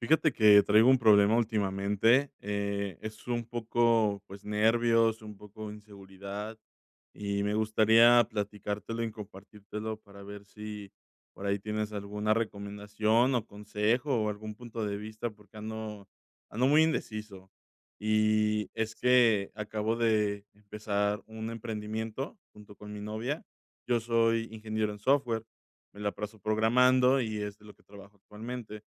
Fíjate que traigo un problema últimamente, es un poco, pues, nervios, un poco inseguridad, y me gustaría platicártelo y compartírtelo para ver si por ahí tienes alguna recomendación o consejo o algún punto de vista, porque ando muy indeciso. Y es que acabo de empezar un emprendimiento junto con mi novia. Yo soy ingeniero en software, me la paso programando y es de lo que trabajo actualmente.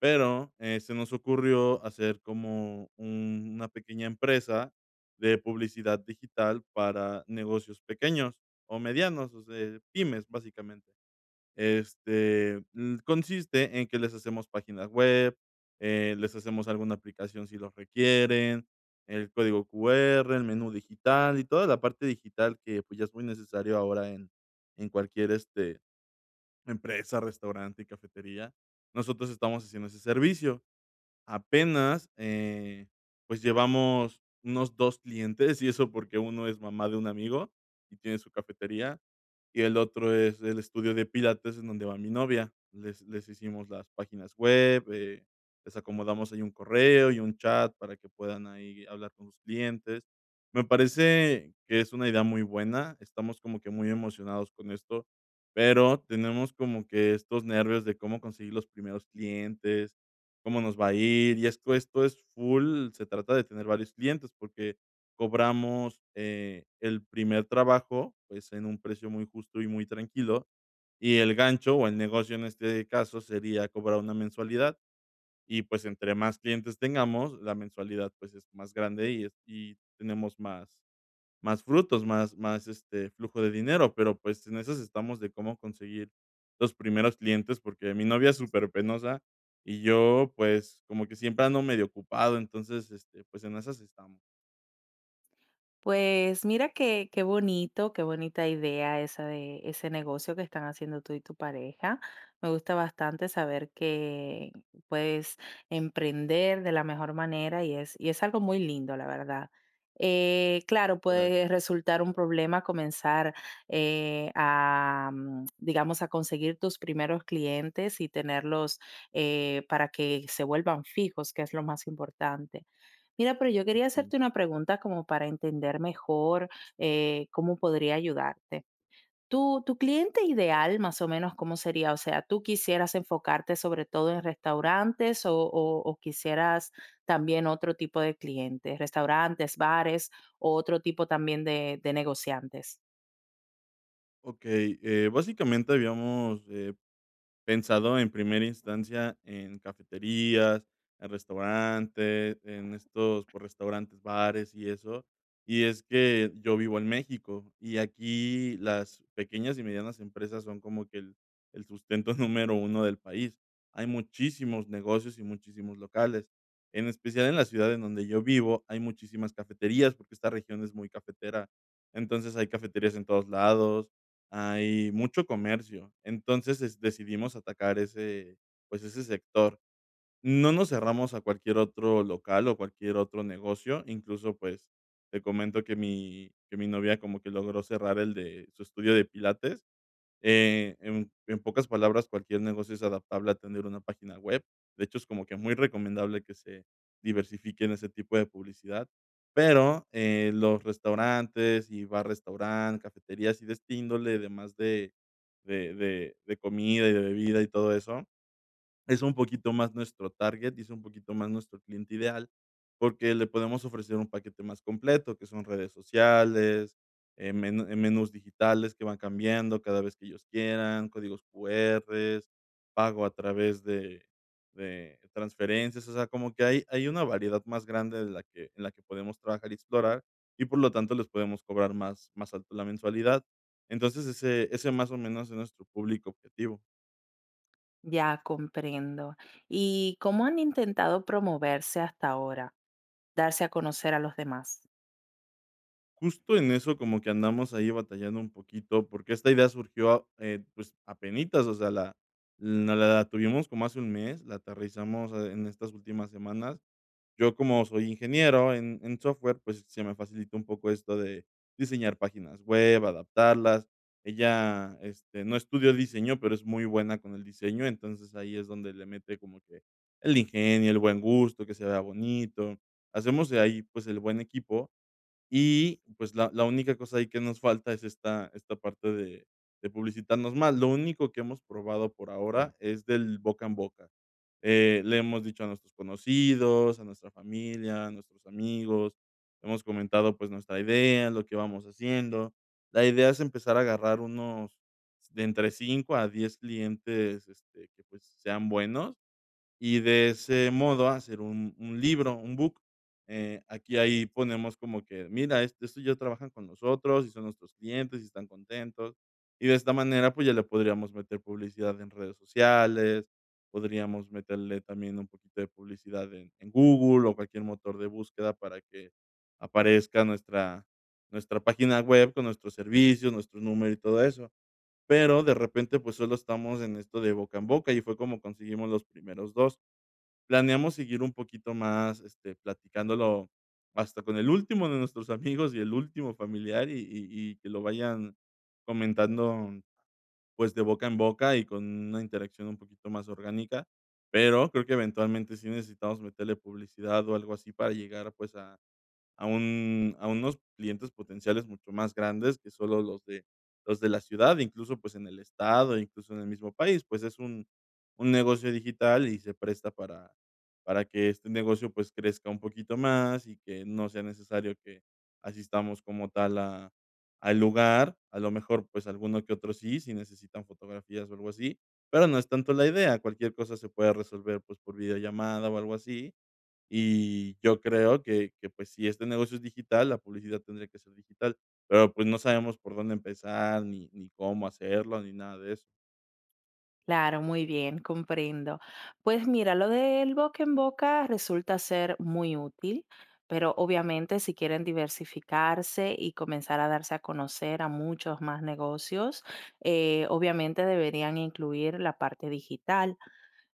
Pero, se nos ocurrió hacer como un una pequeña empresa de publicidad digital para negocios pequeños o medianos, o sea, pymes, básicamente. Este, consiste en que les hacemos páginas web, les hacemos alguna aplicación si los requieren, el código QR, el menú digital y toda la parte digital que, pues, ya es muy necesario ahora en cualquier, este, empresa, restaurante y cafetería. Nosotros estamos haciendo ese servicio. Apenas, pues, llevamos unos 2 clientes, y eso porque uno es mamá de un amigo y tiene su cafetería y el otro es el estudio de pilates en donde va mi novia. Les hicimos las páginas web, les acomodamos ahí un correo y un chat para que puedan ahí hablar con sus clientes. Me parece que es una idea muy buena, estamos como que muy emocionados con esto, pero tenemos como que estos nervios de cómo conseguir los primeros clientes, cómo nos va a ir, y es que esto es full, se trata de tener varios clientes, porque cobramos, el primer trabajo, pues, en un precio muy justo y muy tranquilo, y el gancho, o el negocio en este caso, sería cobrar una mensualidad y, pues, entre más clientes tengamos, la mensualidad, pues, es más grande y es y tenemos más frutos, más, este, flujo de dinero, pero, pues, en esas estamos de cómo conseguir los primeros clientes, porque mi novia es superpenosa y yo, pues, como que siempre ando medio ocupado, entonces, este, pues, en esas estamos. Pues mira qué, qué bonito, qué bonita idea esa de ese negocio que están haciendo tú y tu pareja. Me gusta bastante saber que puedes emprender de la mejor manera y es algo muy lindo, la verdad. Claro, Gracias. puede resultar un problema comenzar digamos, a conseguir tus primeros clientes y tenerlos, para que se vuelvan fijos, que es lo más importante. Mira, pero yo quería hacerte una pregunta como para entender mejor cómo podría ayudarte. Tu cliente ideal, más o menos, ¿cómo sería? O sea, ¿tú quisieras enfocarte sobre todo en restaurantes o quisieras también otro tipo de clientes, restaurantes, bares o otro tipo también de negociantes? Ok, básicamente habíamos, pensado en primera instancia en cafeterías, en restaurantes, en estos, por restaurantes, bares y eso. Y es que yo vivo en México, y aquí las pequeñas y medianas empresas son como que el sustento número uno del país. Hay muchísimos negocios y muchísimos locales. En especial en la ciudad en donde yo vivo, hay muchísimas cafeterías, porque esta región es muy cafetera. Entonces, hay cafeterías en todos lados, hay mucho comercio. Entonces, es decidimos atacar ese, pues, ese sector. No nos cerramos a cualquier otro local o cualquier otro negocio. Incluso, pues, te comento que mi novia como que logró cerrar el de su estudio de pilates, en pocas palabras, cualquier negocio es adaptable a tener una página web. De hecho, es como que muy recomendable que se diversifique en ese tipo de publicidad, pero, los restaurantes y bar-restaurant, cafeterías y de esta índole, además de de comida y de bebida y todo eso, es un poquito más nuestro target y es un poquito más nuestro cliente ideal, porque le podemos ofrecer un paquete más completo, que son redes sociales, menús digitales que van cambiando cada vez que ellos quieran, códigos QR, pago a través de transferencias, o sea, como que hay una variedad más grande de la que, en la que podemos trabajar y explorar y por lo tanto les podemos cobrar más alto la mensualidad. Entonces, ese más o menos es nuestro público objetivo. Ya comprendo. ¿Y cómo han intentado promoverse hasta ahora, darse a conocer a los demás? Justo en eso como que andamos ahí batallando un poquito, porque esta idea surgió, pues, apenitas, o sea, la no, la tuvimos como hace un mes, la aterrizamos, en estas últimas semanas. Yo, como soy ingeniero en software, pues, se me facilitó un poco esto de diseñar páginas web, adaptarlas. Ella, este, no estudió diseño, pero es muy buena con el diseño, entonces ahí es donde le mete como que el ingenio, el buen gusto, que se vea bonito. Hacemos de ahí, pues, el buen equipo. Y, pues, la única cosa ahí que nos falta es esta parte de publicitarnos más. Lo único que hemos probado por, claro, ahora es del boca en boca. Le hemos dicho a nuestros conocidos, a nuestra familia, a nuestros amigos, hemos comentado, pues, nuestra idea, lo que vamos haciendo. La idea es empezar a agarrar unos de entre 5 a 10 clientes, este, que, pues, sean buenos y de ese modo hacer un libro, un book. Aquí ahí ponemos como que, mira, esto estos ya trabajan con nosotros y son nuestros clientes y están contentos. Y de esta manera, pues, ya le podríamos meter publicidad en redes sociales, podríamos meterle también un poquito de publicidad en Google o cualquier motor de búsqueda para que aparezca nuestra página web con nuestros servicios, nuestro número y todo eso. Pero de repente, pues, solo estamos en esto de boca en boca y fue como conseguimos los primeros dos. Planeamos seguir un poquito más, este, platicándolo hasta con el último de nuestros amigos y el último familiar, y que lo vayan comentando, pues, de boca en boca y con una interacción un poquito más orgánica, pero creo que eventualmente sí necesitamos meterle publicidad o algo así para llegar, pues, a unos clientes potenciales mucho más grandes que solo los de la ciudad, incluso, pues, en el estado, incluso en el mismo país, pues, es un negocio digital y se presta para que este negocio, pues, crezca un poquito más y que no sea necesario que asistamos como tal a al lugar. A lo mejor, pues, alguno que otro sí, si necesitan fotografías o algo así, pero no es tanto la idea. Cualquier cosa se puede resolver, pues, por videollamada o algo así, y yo creo que, pues, si este negocio es digital, la publicidad tendría que ser digital, pero, pues, no sabemos por dónde empezar, ni ni cómo hacerlo, ni nada de eso. Claro, muy bien, comprendo. Pues mira, lo del boca en boca resulta ser muy útil, pero obviamente si quieren diversificarse y comenzar a darse a conocer a muchos más negocios, obviamente deberían incluir la parte digital.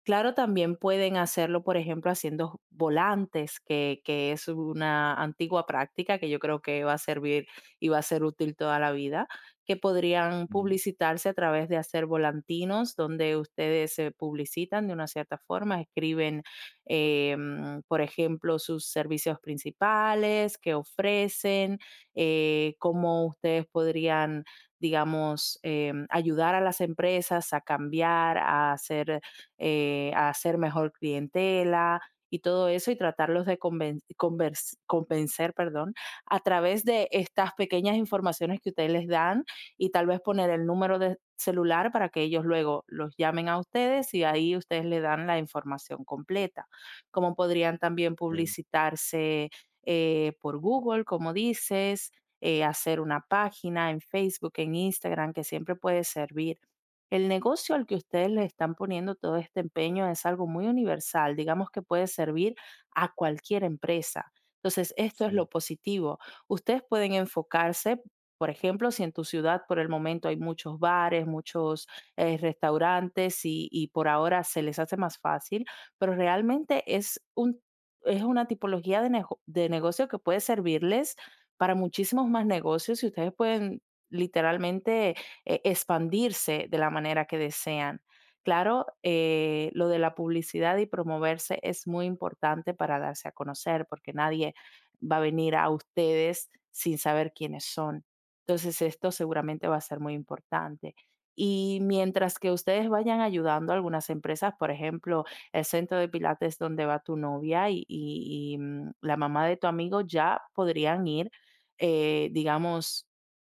Claro, también pueden hacerlo, por ejemplo, haciendo volantes, que es una antigua práctica que yo creo que va a servir y va a ser útil toda la vida, que podrían No. publicitarse a través de hacer volantinos donde ustedes se publicitan de una cierta forma, escriben, por ejemplo, sus servicios principales que ofrecen, cómo ustedes podrían, digamos, ayudar a las empresas a cambiar, a hacer, a hacer mejor clientela y todo eso y tratarlos de convencer, perdón, a través de estas pequeñas informaciones que ustedes les dan y tal vez poner el número de celular para que ellos luego los llamen a ustedes y ahí ustedes le dan la información completa. Como podrían también Okey, publicitarse por Google, como dices, hacer una página en Facebook, en Instagram, que siempre puede servir. El negocio al que ustedes le están poniendo todo este empeño es algo muy universal, digamos que puede servir a cualquier empresa. Entonces, esto es sí, lo positivo. Ustedes pueden enfocarse, por ejemplo, si en tu ciudad por el momento hay muchos bares, muchos restaurantes y por ahora se les hace más fácil, pero realmente es una tipología de de negocio que puede servirles para muchísimos más negocios y ustedes pueden, literalmente, expandirse de la manera que desean. Claro, lo de la publicidad y promoverse es muy importante para darse a conocer, porque nadie va a venir a ustedes sin saber quiénes son. Entonces, esto seguramente va a ser muy importante. Y mientras que ustedes vayan ayudando a algunas empresas, por ejemplo, el centro de Pilates donde va tu novia la mamá de tu amigo ya podrían ir, digamos,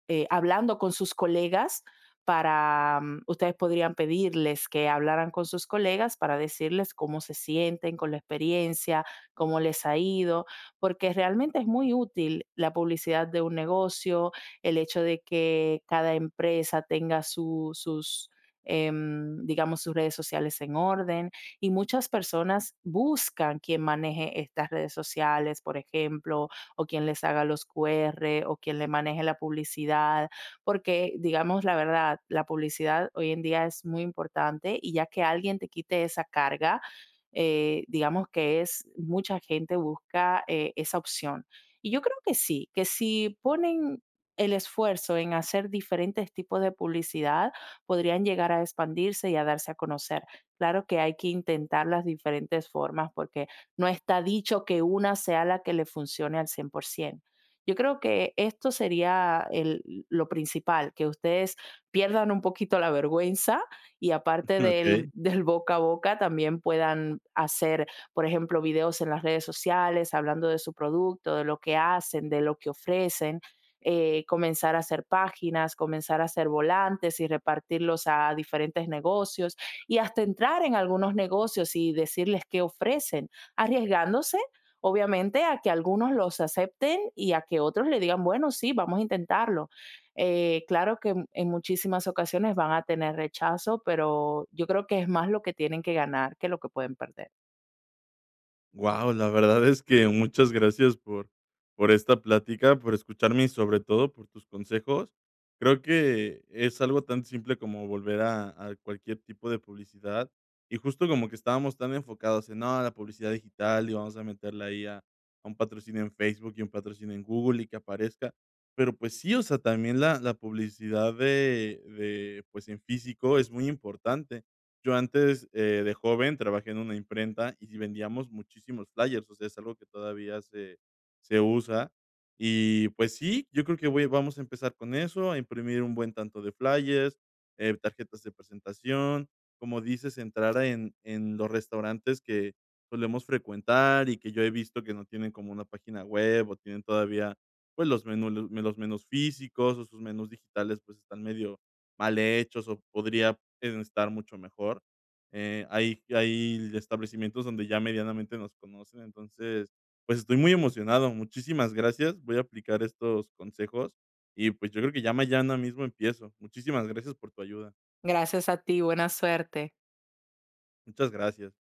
hablando con sus colegas para, ustedes podrían pedirles que hablaran con sus colegas para decirles cómo se sienten con la experiencia, cómo les ha ido, porque realmente es muy útil la publicidad de un negocio, el hecho de que cada empresa tenga sus, digamos, sus redes sociales en orden y muchas personas buscan quien maneje estas redes sociales, por ejemplo, o quien les haga los QR o quien le maneje la publicidad porque, digamos la verdad, la publicidad hoy en día es muy importante y ya que alguien te quite esa carga, digamos que es mucha gente busca esa opción. Y yo creo que sí, que si ponen el esfuerzo en hacer diferentes tipos de publicidad, podrían llegar a expandirse y a darse a conocer. Claro que hay que intentar las diferentes formas porque no está dicho que una sea la que le funcione al 100%. Yo creo que esto sería el lo principal, que ustedes pierdan un poquito la vergüenza y, aparte okey. Del boca a boca, también puedan hacer, por ejemplo, videos en las redes sociales, hablando de su producto, de lo que hacen, de lo que ofrecen, comenzar a hacer páginas, comenzar a hacer volantes y repartirlos a diferentes negocios, y hasta entrar en algunos negocios y decirles qué ofrecen, arriesgándose obviamente a que algunos los acepten y a que otros le digan, bueno, sí, vamos a intentarlo. Claro que en muchísimas ocasiones van a tener rechazo, pero yo creo que es más lo que tienen que ganar que lo que pueden perder. Wow, la verdad es que muchas gracias por esta plática, por escucharme y sobre todo por tus consejos. Creo que es algo tan simple como volver a cualquier tipo de publicidad, y justo como que estábamos tan enfocados en: "No, la publicidad digital y vamos a meterla ahí a un patrocinio en Facebook y un patrocinio en Google y que aparezca". Pero, pues sí, o sea, también la publicidad de, pues, en físico es muy importante. Yo antes, de joven trabajé en una imprenta y vendíamos muchísimos flyers, o sea, es algo que todavía se usa. Y, pues sí, yo creo que voy vamos a empezar con eso, a imprimir un buen tanto de flyers, tarjetas de presentación, como dices, entrar a en los restaurantes que solemos frecuentar y que yo he visto que no tienen como una página web o tienen todavía, pues, los menús físicos o sus menús digitales, pues, están medio mal hechos o podría, estar mucho mejor. Hay establecimientos donde ya medianamente nos conocen, entonces, pues, estoy muy emocionado. Muchísimas gracias. Voy a aplicar estos consejos y, pues, yo creo que ya mañana mismo empiezo. Muchísimas gracias por tu ayuda. Gracias a ti, buena suerte. Muchas gracias.